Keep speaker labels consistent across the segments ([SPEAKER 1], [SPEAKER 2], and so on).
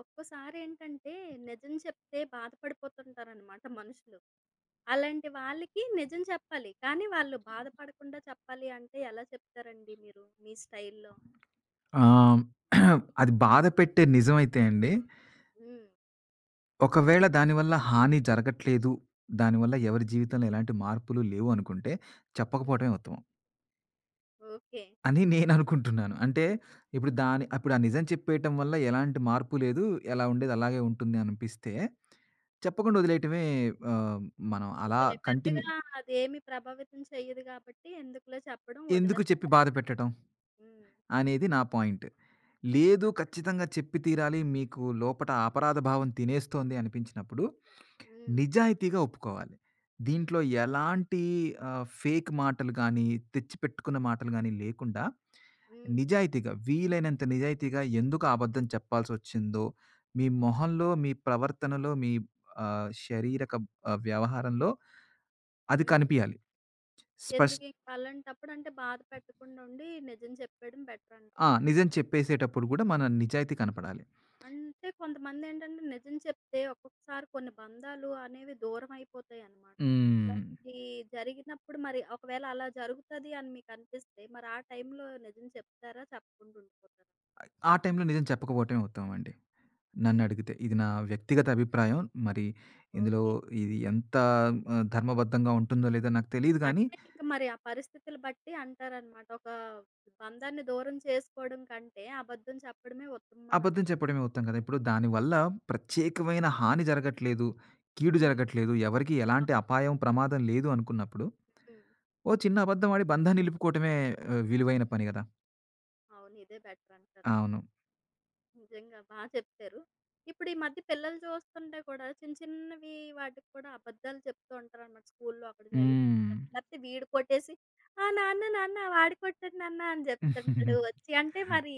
[SPEAKER 1] ఒక్కోసారేంటంటే నిజం చెప్తే బాధపడిపోతుంటారనమాట మనుషులు. అలాంటి వాళ్ళకి నిజం చెప్పాలి. కానీ వాళ్ళు బాధపడకుండా చెప్పాలి అంటే ఎలా చెప్తారండి మీరు మీ స్టైల్‌లో?
[SPEAKER 2] ఆహ్, అది బాధ పెట్టే నిజమైతే అండి.
[SPEAKER 1] హ్మ్.
[SPEAKER 2] ఒకవేళ దానివల్ల హాని జరగట్లేదు. దానివల్ల ఎవరి జీవితంలో ఎలాంటి మార్పులు లేవు అనుకుంటే
[SPEAKER 1] హుహు.
[SPEAKER 2] చెప్పకపోవటమే ఉత్తమం
[SPEAKER 1] ఓకే.
[SPEAKER 2] అని నేననుకుంటున్నాను. అంటే ఇప్పుడు దాని అప్పుడు ఆ నిజం చెప్పేయటం వల్ల ఎలాంటి మార్పు లేదు. ఎలా ఉండేది అలాగే ఉంటుంది అనిపిస్తే చెప్పకుండా వదిలేయటమే ఆహ్, మనం అలా
[SPEAKER 1] ఓకే.
[SPEAKER 2] కంటిన్యూ
[SPEAKER 1] పెద్దగా అదేమి ప్రభావితం చెయ్యదు కాబట్టి ఎందుకులే చెప్పడం
[SPEAKER 2] ఎందుకు
[SPEAKER 1] వదిలేసి
[SPEAKER 2] చెప్పి బాధ
[SPEAKER 1] పెడతారు.
[SPEAKER 2] పెట్టటం
[SPEAKER 1] హ్మ్.
[SPEAKER 2] అనేది నా పాయింట్. లేదు,
[SPEAKER 1] బాగా
[SPEAKER 2] ఖచ్చితంగా
[SPEAKER 1] చెప్పారు.
[SPEAKER 2] చెప్పి తీరాలి. మీకు లోపట అపరాధ భావం తినేస్తోంది అనిపించినప్పుడు
[SPEAKER 1] హ్మ్.
[SPEAKER 2] నిజాయితీగా ఒప్పుకోవాలి. దీంట్లో ఎలాంటి ఫేక్ మాటలు గానీ, తెచ్చిపెట్టుకున్న మాటలు గానీ లేకుండా,
[SPEAKER 1] హ్మ్.
[SPEAKER 2] నిజాయితీగా, వీలైనంత నిజాయితీగా ఎందుకు అబద్ధం చెప్పాల్సొచ్చిందో, మీ మొహంలో, మీ ప్రవర్తనలో, మీ శరీరక వ్యవహారంలో అది
[SPEAKER 1] హ్మ్.
[SPEAKER 2] కనిపియాలి. స్పష్
[SPEAKER 1] ఎందుకింక అలాంటప్పుడు అంటే బాధ పెట్టకుండా ఉండి నిజం చెప్పేయడం
[SPEAKER 2] ఆ!
[SPEAKER 1] బెటరంటారు.
[SPEAKER 2] నిజం చెప్పేసేటప్పుడు గూడా మన నిజాయితీ కనపడాలి.
[SPEAKER 1] అంటే కొంతమందేంటంటే నిజం చెప్తే ఒక్కొక్కసారి కొన్ని బంధాలు అనేవి దూరం అయిపోతాయన్నమాట.
[SPEAKER 2] హ్మ్.
[SPEAKER 1] అలాంటి జరిగినప్పుడు మరి ఒకవేళ అలా జరుగుతది అని మీకనిపిస్తే మరి ఆ టైంలో నిజం చెప్తారా? చెప్పకుండా ఉండిపోతారా?
[SPEAKER 2] ఆ టైంలో నిజం చెప్పకపోవటమే ఉత్తమం అండి.
[SPEAKER 1] హ్మ్.
[SPEAKER 2] నన్నడిగితే. ఇది నా వ్యక్తిగత అభిప్రాయం. మరి ఇందులో
[SPEAKER 1] ఓకే.
[SPEAKER 2] ఇది ఎంత ధర్మబద్ధంగా ఉంటుందో లేదో నాకు తెలీదు గానీ,
[SPEAKER 1] అంటే ఇంక మరి ఆ పరిస్థితులు బట్టి అంటారనమాట. ఒక బంధాన్ని దూరం చేసుకోవడం కంటే అబద్ధం చెప్పడమే ఉత్తమం అని
[SPEAKER 2] అబద్ధం
[SPEAKER 1] అంటారు.
[SPEAKER 2] చెప్పడమే ఉత్తమం కదా! ఇప్పుడు దానివల్ల ప్రత్యేకమైన హాని జరగట్లేదు, కీడు
[SPEAKER 1] హ్మ్.
[SPEAKER 2] జరగట్లేదు, ఎవరికీ ఎలాంటి అపాయం, ప్రమాదం లేదు అనుకున్నప్పుడు,
[SPEAKER 1] హ్మ్.
[SPEAKER 2] ఓ చిన్న అబద్ధం ఆడి బంధాన్ని నిలుపుకోవటమే విలువైన పని గదా!
[SPEAKER 1] అవును. ఇదే బెటర్ అంటారా?
[SPEAKER 2] అవును.
[SPEAKER 1] నిజంగా బా చెప్పారు. ఇప్పుడు ఈ మధ్య పిల్లలు చూస్తుంటే కూడా చిన్న చిన్నవి వాటికి కూడా అబద్ధాలు చెప్తూ ఉంటారనమాట. స్కూల్‌లో అక్కడ జరిగిపోయింది
[SPEAKER 2] హ్మ్.
[SPEAKER 1] చెప్పడం. లేకపోతే వీడు కొట్టేసి "ఆ! నాన్న నాన్న వాడు కొట్టాడు నాన్న" అని చెప్తుంటాడు వచ్చి. అంటే మరి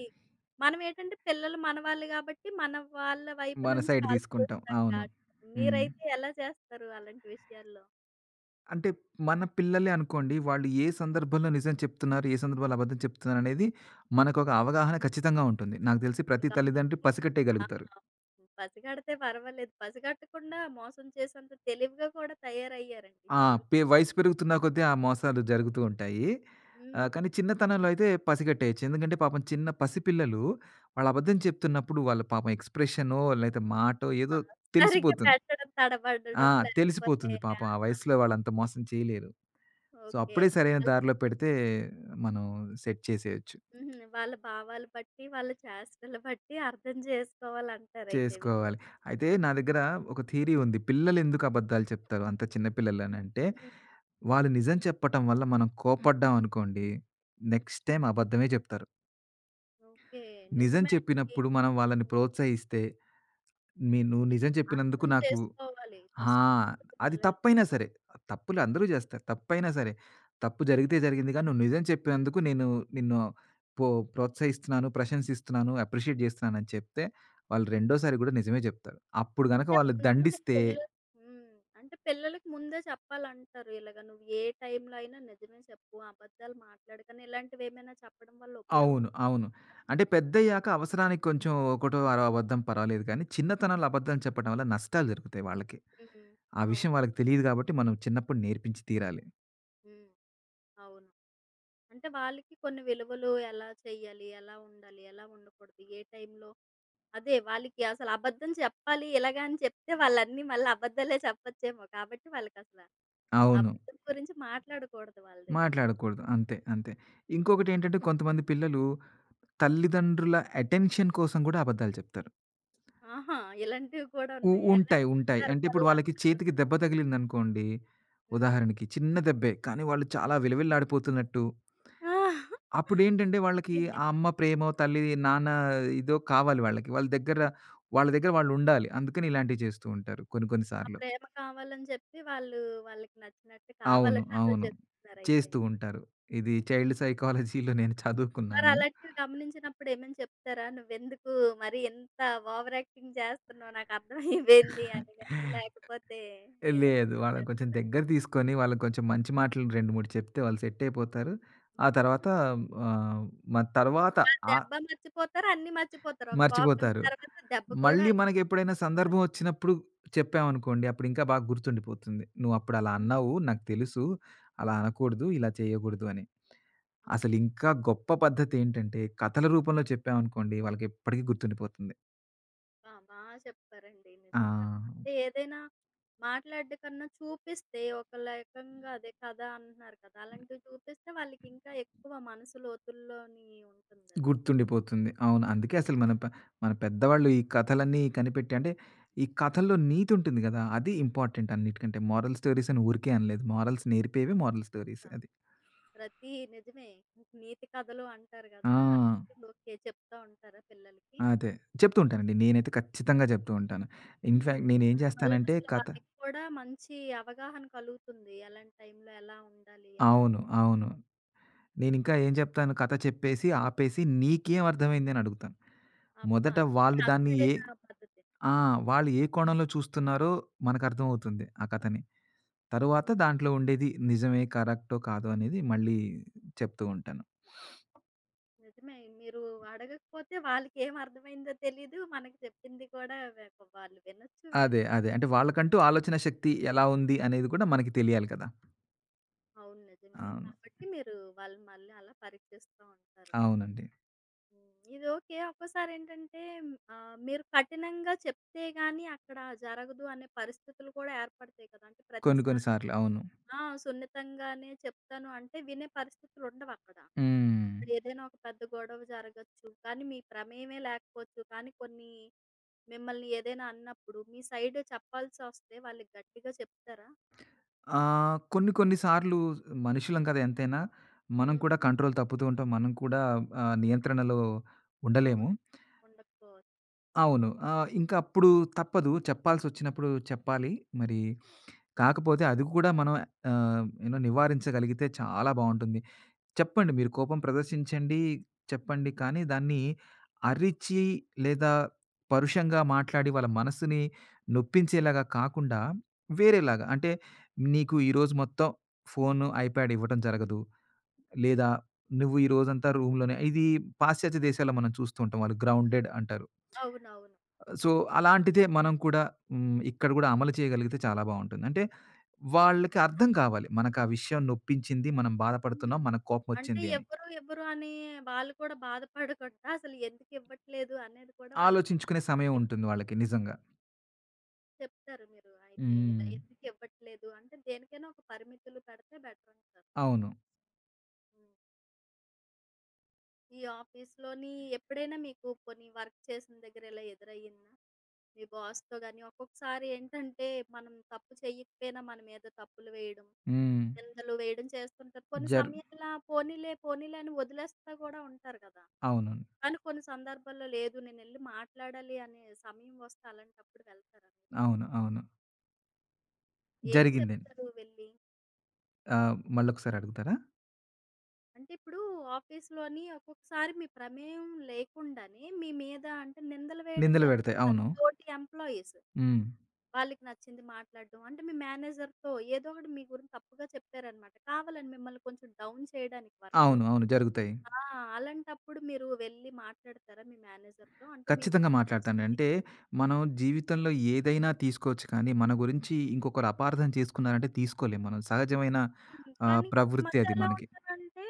[SPEAKER 1] మనం ఏంటంటే పిల్లలు మనవాళ్ళు కాబట్టి మన వాళ్ళ వైపు
[SPEAKER 2] మన
[SPEAKER 1] నుంచి
[SPEAKER 2] సైడ్ తీసుకుంటాం.
[SPEAKER 1] ఆలోచిస్తాం
[SPEAKER 2] అవును.
[SPEAKER 1] కాబట్టి.
[SPEAKER 2] హ్మ్.
[SPEAKER 1] మీరైతే ఎలా చేస్తారు అలాంటి విషయాల్లో?
[SPEAKER 2] అంటే మన పిల్లలే అనుకోండి, వాళ్ళు ఏ సందర్భంలో నిజం చెప్తున్నారు, ఏ సందర్భంలో అబద్ధం చెప్తున్నారనేది మనకొక అవగాహన ఖచ్చితంగా ఉంటుంది. నాకు తెలిసి ప్రతి
[SPEAKER 1] మీకు
[SPEAKER 2] తల్లిదండ్రి
[SPEAKER 1] అప్పటికి
[SPEAKER 2] పసికట్టేయగలుగుతారు.
[SPEAKER 1] ఆహా! పసిగడితే పర్వాలేదు. పసిగట్టకుండా మోసం చేసేంత తెలివిగా కూడా తయారయ్యారండి
[SPEAKER 2] ఆ!
[SPEAKER 1] పిల్లలు.
[SPEAKER 2] వయసు పెరుగుతున్న కొద్దీ ఆ మోసాలు జరుగుతూ ఉంటాయి.
[SPEAKER 1] హ్మ్.
[SPEAKER 2] కానీ చిన్నతనంలో అయితే పసిగట్టేయొచ్చు. ఎందుకంటే పాపం చిన్న పసిపిల్లలు వాళ్ళు అబద్ధం చెప్తున్నప్పుడు వాళ్ళ పాపం ఎక్స్‌ప్రెషనో లేతే మాటో
[SPEAKER 1] ఆ!
[SPEAKER 2] ఏదో
[SPEAKER 1] సరిగ్గా
[SPEAKER 2] తెలిసిపోతుంది.
[SPEAKER 1] పెట్టడం,
[SPEAKER 2] ఆ!
[SPEAKER 1] తడబడడం లేకపోతే
[SPEAKER 2] తెలిసిపోతుంది పాపం. ఆ
[SPEAKER 1] ఆహా!
[SPEAKER 2] వయసులో వాళ్ళంత మోసం చేయలేరు. So,
[SPEAKER 1] okay.
[SPEAKER 2] అప్పుడే సరైన
[SPEAKER 1] వాళ్ళ
[SPEAKER 2] దారిలో పెడితే మనం సెట్ చేసేయొచ్చు.
[SPEAKER 1] హుహు. వాళ్ళ భావాలు బట్టి, వాళ్ళ చేష్టలు బట్టి అర్థం చేసుకోవాలంటారయితే వీళ్ళు.
[SPEAKER 2] చేసుకోవాలి. అయితే
[SPEAKER 1] హ్మ్.
[SPEAKER 2] నా దగ్గర ఒక థియరీ ఉంది. పిల్లలెందుకు అబద్ధాలు చెప్తారు, అంత చిన్న పిల్లలనంటే,
[SPEAKER 1] హ్మ్.
[SPEAKER 2] వాళ్ళు నిజం చెప్పటం వల్ల మనం కోపడ్డాం అనుకోండి, నెక్స్ట్ టైమ్ అబద్ధమే చెప్తారు.
[SPEAKER 1] ఓకే.
[SPEAKER 2] నిజం
[SPEAKER 1] నిజమే అండి.
[SPEAKER 2] చెప్పినప్పుడు మనం వాళ్ళని
[SPEAKER 1] హ్మ్.
[SPEAKER 2] ప్రోత్సహిస్తే, మీ నువ్వు నిజం చెప్పినందుకు
[SPEAKER 1] అర్థం
[SPEAKER 2] నాకు
[SPEAKER 1] చేసుకోవాలి
[SPEAKER 2] ఆ!
[SPEAKER 1] ఫస్ట్
[SPEAKER 2] అది
[SPEAKER 1] పిల్లలు.
[SPEAKER 2] తప్పైనా
[SPEAKER 1] హుహు.
[SPEAKER 2] సరే. తప్పులు అందరూ జేస్తారు. తప్పైనా సరే. తప్పు జరిగితే జరిగిందిగా, నువ్వు నిజం చెప్పినందుకు నేను నిన్ను పో ప్రోత్సహిస్తున్నాను, ప్రశంసిస్తున్నాను, అప్రిషియేట్ జేస్తున్నానని చెప్తే, వాళ్ళు
[SPEAKER 1] హ్మ్.
[SPEAKER 2] రెండోసారి గూడా నిజమే జెప్తారు. అప్పుడు గనక
[SPEAKER 1] అంటే
[SPEAKER 2] వాళ్ళు
[SPEAKER 1] ముందే
[SPEAKER 2] దండిస్తే
[SPEAKER 1] పిల్లలు హ్మ్. అంటే పిల్లలకి ముందే చెప్పాలంటారు. ఇలాగ నువ్వు ఏ టైంలో అయినా నిజమే చెప్పు, అబద్ధాలు మాట్లాడకని ఇలాంటివేమైనా చెప్పడం వల్ల ఉపయోగం
[SPEAKER 2] అవును.
[SPEAKER 1] ఉందా?
[SPEAKER 2] అవును. అంటే పెద్దయ్యాక అవసరానికి కొంచెం ఒకటో అరో అబద్ధం పర్వాలేదు గానీ, చిన్నతనంలో అబద్ధాలు చెప్పడం వల్ల నష్టాలు జరుగుతాయి వాళ్ళకి.
[SPEAKER 1] హ్మ్.
[SPEAKER 2] ఆ
[SPEAKER 1] అవును.
[SPEAKER 2] విషయం వాళ్ళకి తెలీదు గాబట్టి మనం చిన్నప్పుడు నేర్పించి తీరాలి.
[SPEAKER 1] హ్మ్. అవును. అంటే వాళ్ళకి కొన్ని విలువలు ఎలా చెయ్యాలి? ఎలా ఉండాలి? ఎలా ఉండకూడదు? ఏ టైంలో అదే వాళ్ళకి అసలు అబద్ధం చెప్పాలి ఇలాగ అని చెప్తే వాళ్ళన్నీ మళ్ళీ అబద్ధాలే చెప్పచ్చేమో. కాబట్టి వాళ్ళకసల
[SPEAKER 2] అవును.
[SPEAKER 1] అబద్ధం గురించి మాట్లాడకూడదు వాళ్ళ దగ్గర.
[SPEAKER 2] మాట్లాడకూడదు. అంతే. అంతే. ఇంకొకటేంటంటే కొంతమంది పిల్లలు తల్లిదండ్రుల అటెన్షన్ కోసం గూడా అబద్దాలు చెప్తారు.
[SPEAKER 1] ఆహా! ఇలాంటివి కూడా ఉన్నాయి. ఎలాంటి
[SPEAKER 2] ఉంటాయి. ఉంటాయి. అంటే ఇప్పుడు
[SPEAKER 1] సందర్భాల్లో
[SPEAKER 2] వాళ్ళకి
[SPEAKER 1] అంటారు?
[SPEAKER 2] చేతికి దెబ్బ తగిలిందనుకోండి,
[SPEAKER 1] హ్మ్.
[SPEAKER 2] ఉదాహరణకి చిన్న దెబ్బే. కానీ వాళ్ళు చాలా
[SPEAKER 1] హ్మ్.
[SPEAKER 2] విలవిల్లాడిపోతున్నట్టు,
[SPEAKER 1] ఆ!
[SPEAKER 2] అప్పుడేంటంటే వాళ్ళకి
[SPEAKER 1] ఓకే.
[SPEAKER 2] ఆ అమ్మ ప్రేమో, తల్లి, నాన్న ఇదో కావాలి వాళ్ళకి. వాళ్ళ దగ్గర వాళ్ళుండాలి. అందుకని ఇలాంటివి చేస్తూ ఉంటారు కొన్ని కొన్ని
[SPEAKER 1] ఆ
[SPEAKER 2] సార్లు.
[SPEAKER 1] ప్రేమ కావాలని చెప్పి వాళ్ళు వాళ్ళకి నచ్చినట్టు
[SPEAKER 2] అవును.
[SPEAKER 1] కావాలని అలా
[SPEAKER 2] అవును.
[SPEAKER 1] చెప్తున్నారైతే.
[SPEAKER 2] చేస్తూ ఉంటారు. ఇది చైల్డ్ సైకాలజీలో నేను చదువుకున్నాను.
[SPEAKER 1] మరలాంటివి గమనించినప్పుడు ఏమైనా చెప్తారా? "నువ్వెందుకు మరి ఇంత ఓవర్ యాక్టింగ్ చేస్తున్నావు? నాకర్థమైపోయింది" అని గాని, లేకపోతే ఏమైనా
[SPEAKER 2] లేదు. వాళ్ళని కొంచెం
[SPEAKER 1] మాట్లాడతారా?
[SPEAKER 2] దగ్గర తీసుకొని, వాళ్ళకి కొంచెం మంచి మాటలు 2, 3 చెప్తే వాళ్ళు సెట్ అయిపోతారు. ఆ తర్వాత ఆహ్, మన తర్వాత
[SPEAKER 1] ఆ
[SPEAKER 2] ఆహ్,
[SPEAKER 1] దెబ్బ మర్చిపోతారు, అన్నీ మర్చిపోతారు. ఒక పావుగంట
[SPEAKER 2] మర్చిపోతారు.
[SPEAKER 1] తర్వాత దెబ్బ కూడా
[SPEAKER 2] మళ్ళీ
[SPEAKER 1] హ్మ్.
[SPEAKER 2] మనకెప్పుడైనా సందర్భం వచ్చినప్పుడు చెప్పామనుకోండి, అప్పుడు ఇంకా బాగా గుర్తుండిపోతుంది. "నువ్వప్పుడు అలా
[SPEAKER 1] హ్మ్.
[SPEAKER 2] అన్నావు. నాకు తెలుసు. అలా అనకూడదు. ఇలా చేయకూడదు" అని. అసలు ఇంకా గొప్ప పద్ధతేంటంటే, కథల రూపంలో చెప్పామనుకోండి, వాళ్ళకెప్పటికీ గుర్తుండిపోతుంది.
[SPEAKER 1] ఆ! బా బాగా చెప్పారండి.
[SPEAKER 2] ఆ!
[SPEAKER 1] నిజంగా. అంటే ఏదైనా మాట్లాడడం కన్నా చూపిస్తే ఒక రకంగా అదే కథ అంటున్నారు కదా! అలాంటివి చూపిస్తే వాళ్ళకింకా ఎక్కువ మనసు లోతుల్లోని ఉంటుందది.
[SPEAKER 2] గుర్తుండిపోతుంది. అవును. అందుకే అసలు మన పెద్దవాళ్ళు ఈ కథలన్నీ కనిపెట్టి, అంటే ఈ కథల్లో నీతి ఉంటుంది గదా! అది ఇంపార్టెంట్ అన్నిటికంటే. మొరల్ స్టోరీస్ అని ఊరికే అనలేదు. మొరల్స్ నేర్పేవే మొరల్ స్టోరీస్ అది.
[SPEAKER 1] ప్రతి నిజమే. నీతి కథలు అంటారు
[SPEAKER 2] ఆ!
[SPEAKER 1] గదా! అలాంటివి ఓకే. చెప్తా ఉంటారా పిల్లలకి?
[SPEAKER 2] అదే. చెప్తూ ఉంటానండి. నేనైతే ఖచ్చితంగా చెప్తూ ఉంటాను.
[SPEAKER 1] హ్మ్.
[SPEAKER 2] ఇన్‌ఫాక్ట్ నేనేం
[SPEAKER 1] దానివల్ల
[SPEAKER 2] చేస్తానంటే
[SPEAKER 1] అసలు
[SPEAKER 2] కథ
[SPEAKER 1] వాళ్ళకి కూడా మంచి అవగాహన కలుగుతుంది. ఎలాంటి టైంలో ఎలా ఉండాలి అని.
[SPEAKER 2] అవును. అవును. నేనింకా ఏం చెప్తాను, కథ చెప్పేసి, ఆపేసి నీకేం అర్థమైంది అని అడుగుతాను.
[SPEAKER 1] అబ్బా!
[SPEAKER 2] మొదట
[SPEAKER 1] ఇది
[SPEAKER 2] వాళ్ళు దాన్ని ఏ
[SPEAKER 1] అసలైన పద్ధతి.
[SPEAKER 2] ఆ! వాళ్ళు ఏ కోణంలో చూస్తున్నారో మనకర్థమవుతుంది ఆ కథని. తరువాత
[SPEAKER 1] హ్మ్.
[SPEAKER 2] దాంట్లో ఉండేది నిజమే, కరెక్టో, కాదో అనేది మళ్ళీ చెప్తూ ఉంటాను.
[SPEAKER 1] నిజమే. మీరు అడగకపోతే వాళ్ళకేం అర్థమైందో తెలీదు. మనకి చెప్పింది కూడా వె వాళ్ళు వినొచ్చు,
[SPEAKER 2] అదే.
[SPEAKER 1] వినకపోవచ్చు.
[SPEAKER 2] అదే. అంటే వాళ్ళకంటూ ఆలోచన శక్తి ఎలా ఉంది అనేది కూడా మనకి తెలియాలి కదా!
[SPEAKER 1] అవును. నిజంగే.
[SPEAKER 2] అవును.
[SPEAKER 1] కాబట్టి మీరు వాళ్ళని మళ్ళీ అలా పరీక్షిస్తూ ఉంటారు.
[SPEAKER 2] అవునండి.
[SPEAKER 1] హ్మ్. ఇది ఓకే. ఒక్కోసారేంటంటే మీరు కఠినంగా చెప్తే గాని అక్కడ జరగదు అనే పరిస్థితులు కూడా ఏర్పడతాయి కదా! అంటే
[SPEAKER 2] కొన్ని కొన్ని
[SPEAKER 1] ప్రతిసారి
[SPEAKER 2] సార్లు. అవును.
[SPEAKER 1] ఆ! సున్నితంగానే చెప్తాను అంటే వినే పరిస్థితులు ఉండవక్కడ.
[SPEAKER 2] హ్మ్.
[SPEAKER 1] ఏదైనా ఒక పెద్ద గొడవ జరగొచ్చు. కానీ మీ ప్రమేయమే లేకపోవచ్చు. కానీ కొన్ని మిమ్మల్ని ఏదైనా అన్నప్పుడు మీ సైడ్ చెప్పాల్సొస్తే వాళ్ళకి గట్టిగా చెప్తారా?
[SPEAKER 2] కొన్ని కొన్ని సార్లు మనుషులం కదా! ఎంతైనా. మనం
[SPEAKER 1] హ్మ్.
[SPEAKER 2] కూడా కంట్రోల్ తప్పుతూ ఉంటాం. మనం కూడా నియంత్రణలో ఉండలేము.
[SPEAKER 1] అవును. ఉండకపోవచ్చు.
[SPEAKER 2] అవును. ఇంకా అప్పుడు తప్పదు. చెప్పాల్సొచ్చినప్పుడు చెప్పాలి. మరి కాకపోతే అది కూడా మనం యూనో నివారించగలిగితే చాలా బావుంటుంది. చెప్పండి. మీరు కోపం ప్రదర్శించండి, చెప్పండి. కానీ దాన్ని అరిచి లేదా పరుషంగా మాట్లాడి వాళ్ళ మనసుని నొప్పించేలాగా కాకుండా వేరేలాగా, అంటే నీకు ఈరోజు మొత్తం ఫోను, ఐప్యాడ్ ఇవ్వటం జరగదు. లేదా నువ్వు ఈ రోజంతా రూమ్‌లోనే ఇది పాశ్చాత్య దేశాల్లో మనం చూస్తూ ఉంటాం. వాళ్ళు గ్రౌండెడ్ అంటారు.
[SPEAKER 1] అవునవును.
[SPEAKER 2] సో, అలాంటిదే మనం కూడా హ్మ్, ఇక్కడ కూడా అమలు చేయగలిగితే చాలా బావుంటుంది. అంటే వాళ్ళకి అర్థం కావాలి. మనకు ఆ విషయం నొప్పించింది, మనం బాధపడుతున్నాం, మనకు
[SPEAKER 1] అంటే
[SPEAKER 2] కోపమొచ్చింది అని.
[SPEAKER 1] ఎవ్వరు, ఎవ్వరు అని వాళ్ళు కూడా బాధపడకుండా అసలు ఎందుకు ఇవ్వట్లేదు అనేది కూడా వాళ్ళకి
[SPEAKER 2] ఆలోచించుకునే సమయం
[SPEAKER 1] అర్థమయ్యేటట్టు
[SPEAKER 2] ఉంటుంది వాళ్ళకి నిజంగా.
[SPEAKER 1] చెప్తారు మీరు అయితే. ఇలా
[SPEAKER 2] హ్మ్.
[SPEAKER 1] ఎందుకు ఇవ్వట్లేదు అంటే దేనికైనా ఒక పరిమితులు పెడితే బెటర్ అంటారు.
[SPEAKER 2] అవును.
[SPEAKER 1] హ్మ్. ఈ ఆఫీస్‌లోని ఎప్పుడైనా మీకు పోనీ వర్క్ చేసిన దగ్గర ఇలా ఎదురయ్యిందా? మీ బాస్‌తో గాని ఒక్కొక్కసారి ఏంటంటే మనం తప్పు చేయకపోయినా మన మీద తప్పులు వేయడం.
[SPEAKER 2] హ్మ్.
[SPEAKER 1] నిందలు వేయడం చేస్తుంటారు. కొన్ని
[SPEAKER 2] జరు
[SPEAKER 1] సమయాల్లో పోనీలే, పోనీలే అని వదిలేస్తా కూడా ఉంటారు కదా!
[SPEAKER 2] అవును.
[SPEAKER 1] కానీ కొన్ని సందర్భాల్లో లేదు నేనెళ్లి మాట్లాడాలి అనే సమయం వస్తే అలాంటప్పుడు వెళ్తారా మీరు?
[SPEAKER 2] అవును. అవును.
[SPEAKER 1] ఏం
[SPEAKER 2] జరిగిందండి.
[SPEAKER 1] చెప్తారు వెళ్ళి?
[SPEAKER 2] మళ్ళొకసారి అడుగుతారా?
[SPEAKER 1] అంటే ఇప్పుడు ఆఫీస్‌లోని ఒక్కొక్కసారి మీ ప్రమేయం లేకుండానే మీ మీద అంటే నిందలు వేయడం
[SPEAKER 2] నిందలు పెడతాయి.
[SPEAKER 1] జరుగుతుంది.
[SPEAKER 2] అవును.
[SPEAKER 1] తోటి ఎంప్లాయీస్.
[SPEAKER 2] హ్మ్.
[SPEAKER 1] వాళ్ళకి నచ్చింది మాట్లాడడం. అంటే మీ మేనేజర్‌తో ఏదో ఒకటి మీ గురించి తప్పుగా చెప్పారనమాట. కావాలని మిమ్మల్ని కొంచెం డౌన్ చేయడానికి వర్క్‌లో.
[SPEAKER 2] అవును. అవును. జరుగుతాయి.
[SPEAKER 1] ఆ! అలాంటప్పుడు మీరు వెళ్ళి మాట్లాడతారా మీ మేనేజర్‌తో? అంటే మీ
[SPEAKER 2] ఖచ్చితంగా
[SPEAKER 1] వర్క్ గురించి.
[SPEAKER 2] మాట్లాడతాను.
[SPEAKER 1] హ్మ్.
[SPEAKER 2] అంటే మనం జీవితంలో ఏదైనా తీసుకోవచ్చు కానీ, మన గురించి ఇంకొకరు అపార్థం చేసుకున్నారంటే తీసుకోలేం మనం. సహజమైన
[SPEAKER 1] కానీ
[SPEAKER 2] ప్రవృత్తి
[SPEAKER 1] కొంతమంది
[SPEAKER 2] అది
[SPEAKER 1] ఎలా
[SPEAKER 2] మనకి.
[SPEAKER 1] ఉంటారంటే,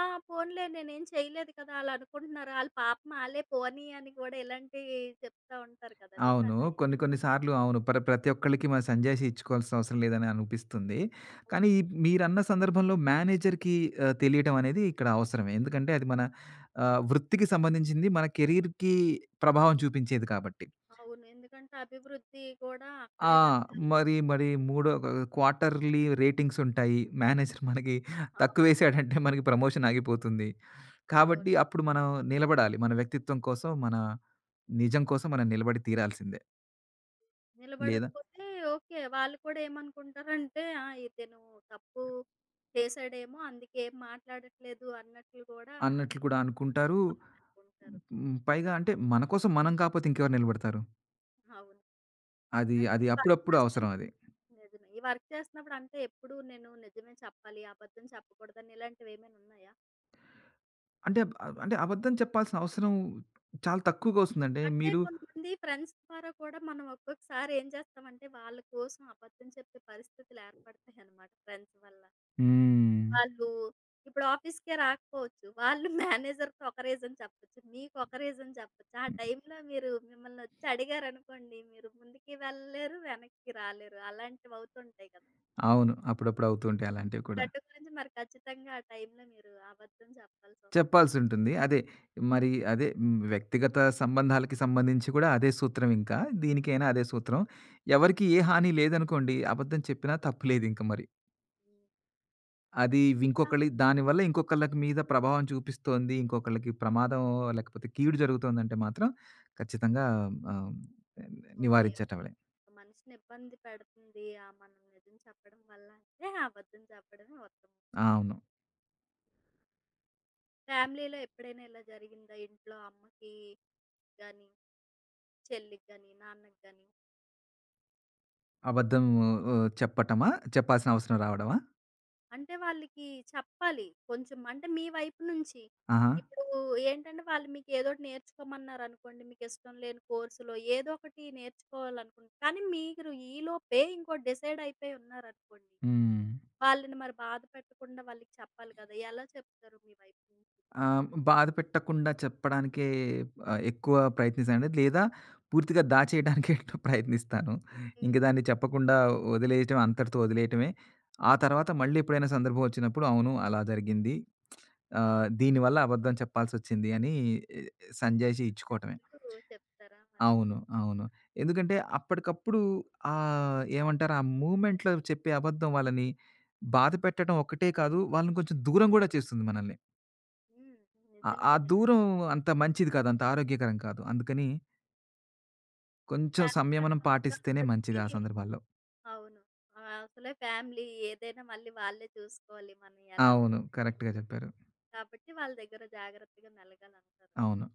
[SPEAKER 1] ఆ! పోనీలే నేనేం చేయలేదు కదా! అలా అనుకుంటున్నారు. ఆళ్ళ పాపం ఆళ్ళే పోనీ అని కూడా ఇలాంటివి చెప్తా ఉంటారు కదా!
[SPEAKER 2] అవును.
[SPEAKER 1] విన్నారా
[SPEAKER 2] కొన్ని కొన్ని
[SPEAKER 1] ఇలాంటివి?
[SPEAKER 2] సార్లు అవును. ప్రతి ఒక్కళ్ళకి మన
[SPEAKER 1] హ్మ్.
[SPEAKER 2] సంజాయిషి ఇచ్చుకోవాల్సిన అవసరం లేదని అనిపిస్తుంది.
[SPEAKER 1] అవును.
[SPEAKER 2] కానీ ఈ మీరన్న సందర్భంలో మేనేజర్‌కి తెలియటం
[SPEAKER 1] హ్మ్.
[SPEAKER 2] అనేది ఇక్కడ అవసరమే. ఎందుకంటే అది మన వృత్తికి సంబంధించింది. మన కెరీర్‌కి ప్రభావం చూపించేది కాబట్టి.
[SPEAKER 1] అవును. ఎందుకంటే అభివృద్ధి కూడా
[SPEAKER 2] ఆ!
[SPEAKER 1] అక్కడే జరగాలి.
[SPEAKER 2] మరి మరి మూడో క్వార్టర్‌లీ రేటింగ్స్ ఉంటాయి. మేనేజర్ మనకి
[SPEAKER 1] అవును.
[SPEAKER 2] తక్కువేశాడంటే మనకి ప్రమోషన్ ఆగిపోతుంది.
[SPEAKER 1] అవును.
[SPEAKER 2] కాబట్టి అప్పుడు మనం నిలబడాలి. మన వ్యక్తిత్వం కోసం, మన నిజం కోసం మనం నిలబడి తీరాల్సిందే. లేదా
[SPEAKER 1] నిలబడకపోతే ఓకే. వాళ్ళు కూడా ఏమనుకుంటారంటే, ఆ! ఇతను తప్పు చేశాడేమో అందుకే ఏం మాట్లాడట్లేదు అన్నట్లు కూడా
[SPEAKER 2] అన్నట్లు కూడా అనుకుంటారు.
[SPEAKER 1] తప్పకుండా అనుకుంటారు.
[SPEAKER 2] హ్మ్. పైగా అంటే మన కోసం మనం కాపోతే ఇంకెవరు నిలబడతారు?
[SPEAKER 1] అవును.
[SPEAKER 2] అది
[SPEAKER 1] అంటే
[SPEAKER 2] అది
[SPEAKER 1] ఈ వర్క్
[SPEAKER 2] అప్పుడప్పుడు
[SPEAKER 1] చేస్తున్న
[SPEAKER 2] అవసరం అది.
[SPEAKER 1] నిజమే. ఈ వర్క్ చేస్తున్నప్పుడు అంటే ఎప్పుడు నేను నిజమే చెప్పాలి, అబద్ధం చెప్పకూడదని ఇలాంటివేమైనా ఉన్నాయా?
[SPEAKER 2] అంటే అంటే అబద్ధం చెప్పాల్సిన అవసరం చాలా తక్కువగా వస్తుందండి.
[SPEAKER 1] అంటే
[SPEAKER 2] మీరు
[SPEAKER 1] కొంతమంది ఫ్రెండ్స్ ద్వారా కూడా మనం ఒక్కొక్కసారి ఏం చేస్తామంటే వాళ్ళ కోసం అబద్ధం చెప్పే పరిస్థితులు ఏర్పడతాయన్నమాట ఫ్రెండ్స్ వల్ల.
[SPEAKER 2] హ్మ్.
[SPEAKER 1] వాళ్ళు ఇప్పుడు ఆఫీస్‌కే రాకపోవచ్చు. వాళ్ళు మేనేజర్‌కి ఒక రీజన్ చెప్పొచ్చు. మీకు ఒక రీజన్ చెప్పొచ్చు. ఆ టైంలో మీరు మిమ్మల్ని వచ్చి అడిగారనుకోండి, మీరు ముందుకి వెళ్ళలేరు, వెనక్కి రాలేరు. అలాంటివి అవుతుంటాయి కదా!
[SPEAKER 2] అవును. అప్పుడప్పుడు అవుతూ ఉంటాయి అలాంటివి కూడా.
[SPEAKER 1] 2 గురించి మరి ఖచ్చితంగా ఆ టైంలో మీరు అబద్ధం చెప్పాల్సొస్తుంది.
[SPEAKER 2] చెప్పాల్సుంటుంది. అదే మరి అదే హ్మ్. వ్యక్తిగత సంబంధాలకి సంబంధించి కూడా అదే సూత్రం ఇంకా. దీనికైనా అదే సూత్రం. ఎవరికీ ఏ హాని లేదనుకోండి అబద్ధం చెప్పినా తప్పు లేదింక మరి.
[SPEAKER 1] ఆ!
[SPEAKER 2] అది ఇంకొకళ్ళి దానివల్ల ఇంకొకళ్ళకి మీద ప్రభావం చూపిస్తోంది. ఇంకొకళ్ళకి ప్రమాదం లేకపోతే కీడు జరుగుతోందంటే మాత్రం ఖచ్చితంగా ఆహ్,
[SPEAKER 1] ఓకే. ఓకే.
[SPEAKER 2] నివారించటమే.
[SPEAKER 1] ఒక మనిషిని ఇబ్బంది పెడుతుంది. ఆ! మనం నిజం చెప్పడం వల్ల అంటే ఆ అబద్ధం చెప్పడమే ఉత్తమం.
[SPEAKER 2] ఆ, అవును.
[SPEAKER 1] ఫ్యామిలీలో ఎప్పుడైనా ఇలా జరిగిందా? ఇంట్లో అమ్మకి గాని, చెల్లికి గాని, నాన్నకి గాని?
[SPEAKER 2] అబద్ధం చెప్పటమా? చెప్పాల్సిన అవసరం రావడమా?
[SPEAKER 1] అంటే వాళ్ళకి చెప్పాలి. కొంచెం అంటే మీ వైపు నుంచి.
[SPEAKER 2] ఆహా!
[SPEAKER 1] ఇప్పుడు ఏంటంటే వాళ్ళు మీకు ఏదోకటి నేర్చుకోమన్నారనుకోండి. మీకిష్టం లేని కోర్సులో ఏదో ఒకటి నేర్చుకోవాలనుకుంటే కానీ మీరు ఈలోపే ఇంకోటి డిసైడ్ అయిపోయి ఉన్నారనుకోండి.
[SPEAKER 2] హ్మ్.
[SPEAKER 1] వాళ్ళని మరి బాధ పెట్టకుండా వాళ్ళకి చెప్పాలి కదా! ఎలా చెప్తారు మీ వైపు నుంచి?
[SPEAKER 2] ఆ! బాధ పెట్టకుండా చెప్పడానికే ఎక్కువ ప్రయత్నిస్తానండి. లేదా పూర్తిగా దాచేయడానికే ప్రయత్నిస్తాను. ఇంక
[SPEAKER 1] హ్మ్.
[SPEAKER 2] దాన్ని చెప్పకుండా వదిలేయటం, అంతటితో వదిలేయటమే. ఆ తర్వాత మళ్ళీ ఎప్పుడైనా సందర్భం వచ్చినప్పుడు అవును అలా జరిగింది. దీనివల్ల అబద్ధం చెప్పాల్సొచ్చింది అని
[SPEAKER 1] హ్మ్.
[SPEAKER 2] సంజాయిషీ ఇచ్చుకోవటమే.
[SPEAKER 1] నచ్చినట్టు చెప్తారా మరింక?
[SPEAKER 2] అవును. అవును. ఎందుకంటే అప్పటికప్పుడు ఏమంటారు ఆ మూవ్‌మెంట్‌లో చెప్పే అబద్ధం వాళ్ళని బాధ పెట్టడం ఒక్కటే కాదు, వాళ్ళని కొంచెం దూరం గూడా చేస్తుంది మనల్ని.
[SPEAKER 1] హ్మ్.
[SPEAKER 2] ఆ! ఆ
[SPEAKER 1] నిజంగే.
[SPEAKER 2] దూరం అంత మంచిది కాదు. అంత ఆరోగ్యకరం కాదు. అందుకని కొంచెం
[SPEAKER 1] ఫ్యామిలీ
[SPEAKER 2] సంయమనం
[SPEAKER 1] మెంబర్స్
[SPEAKER 2] పాటిస్తేనే మంచిది ఆ
[SPEAKER 1] కాబట్టి
[SPEAKER 2] సందర్భాల్లో.
[SPEAKER 1] అవును. అసలే ఫ్యామిలీ ఏదైనా మళ్ళీ వాళ్ళే చూసుకోవాలి. మనం ఎలా
[SPEAKER 2] అవును.
[SPEAKER 1] ఉన్నాయి ఏంటి.
[SPEAKER 2] కరెక్ట్‌గా చెప్పారు.
[SPEAKER 1] కాబట్టి వాళ్ళ దగ్గర జాగ్రత్తగా మెలగాలంటారు.
[SPEAKER 2] అవును.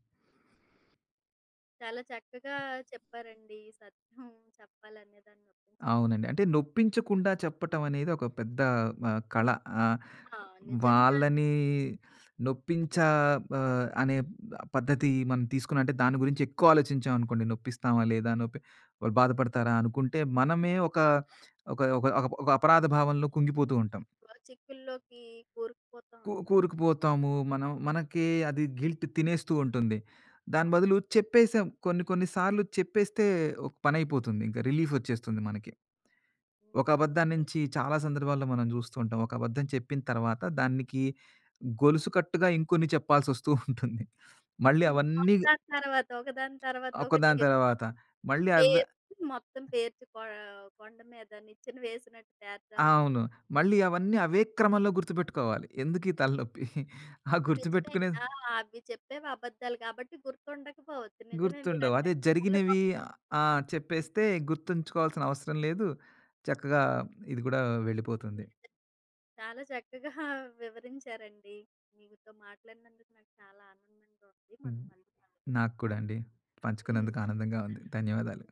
[SPEAKER 1] చాలా చక్కగా చెప్పారండి. ఈ సత్యం చెప్పాలనే దాన్ని ఒప్పించకుండా
[SPEAKER 2] అవునండి.
[SPEAKER 1] ఉండడం.
[SPEAKER 2] అంటే నొప్పించకుండా చెప్పటం అనేది ఒక పెద్ద కళ. ఆహ్,
[SPEAKER 1] ఆ! నిజంగానే.
[SPEAKER 2] వాళ్ళని నొప్పించా అనే పద్ధతి మనం తీసుకున్నా అంటే దాని గురించి ఎక్కువ ఆలోచించామనుకోండి, నొప్పిస్తామా లేదా? నొప్పి వాళ్ళు బాధపడతారా? అనుకుంటే మనమే ఒక ఒక ఒక ఒక అపరాధ భావంలో కుంగిపోతూ ఉంటాం.
[SPEAKER 1] చిక్కుల్లోకి కూరుకుపోతా ఉంటాం.
[SPEAKER 2] కూరుకుపోతాము. మనం మనకి అది గిల్ట్ తినేస్తూ ఉంటుంది. దాని బదులు చెప్పేసాం. కొన్ని కొన్ని సార్లు చెప్పేస్తే ఒక పనైపోతుంది. ఇంకా రిలీఫొచ్చేస్తుంది మనకి. ఒక
[SPEAKER 1] హ్మ్.
[SPEAKER 2] అబద్ధం నుంచి చాలా సందర్భాల్లో మనం చూస్తూ ఉంటాం. ఒక అబద్ధం చెప్పిన తర్వాత దానికి గొలుసు కట్టుగా ఇంకొన్ని చెప్పాల్సొస్తూ ఉంటుంది. మళ్ళీ
[SPEAKER 1] ఇంక
[SPEAKER 2] అవన్నీ
[SPEAKER 1] ఒకదాని తర్వాత, ఒకదాని తర్వాత ఒకటి
[SPEAKER 2] ఒకదాని తర్వాత మళ్ళీ అవ్వె
[SPEAKER 1] పేర్చి మొత్తం పేర్చి కొ కొండ మీద నిచ్చెన వేసినట్టు పేర్చాల్సొస్తది.
[SPEAKER 2] అవును. మళ్ళీ అవన్నీ అవే క్రమంలో గుర్తుపెట్టుకోవాలి. ఎందుకీ తలనొప్పి? ఆ
[SPEAKER 1] నిజమే.
[SPEAKER 2] గుర్తుపెట్టుకునే
[SPEAKER 1] ఆ! అవి చెప్పేవి అబద్ధాలు కాబట్టి గుర్తుండకపోవచ్చు. నిజమే
[SPEAKER 2] గుర్తుండవు. అదే
[SPEAKER 1] మీరన్నట్టు. వాళ్ళు
[SPEAKER 2] జరిగినవి
[SPEAKER 1] పాపం
[SPEAKER 2] ఆ! చెప్పేస్తే
[SPEAKER 1] హ్మ్.
[SPEAKER 2] గుర్తుంచుకోవాల్సిన అవసరం లేదు. చక్కగా ఇది గూడా వెళ్ళిపోతుంది.
[SPEAKER 1] నిజమే. చాలా చక్కగా వివరించారండి. మీతో మాట్లాడినందుకు నాకు చాలా ఆనందంగా ఉంది. మనం
[SPEAKER 2] ఉమ్,
[SPEAKER 1] మళ్ళీ కలుద్దాం.
[SPEAKER 2] నాకు కూడా అండి.
[SPEAKER 1] హ్మ్.
[SPEAKER 2] పంచుకున్నందుకు ఆనందంగా ఉంది. ధన్యవాదాలు.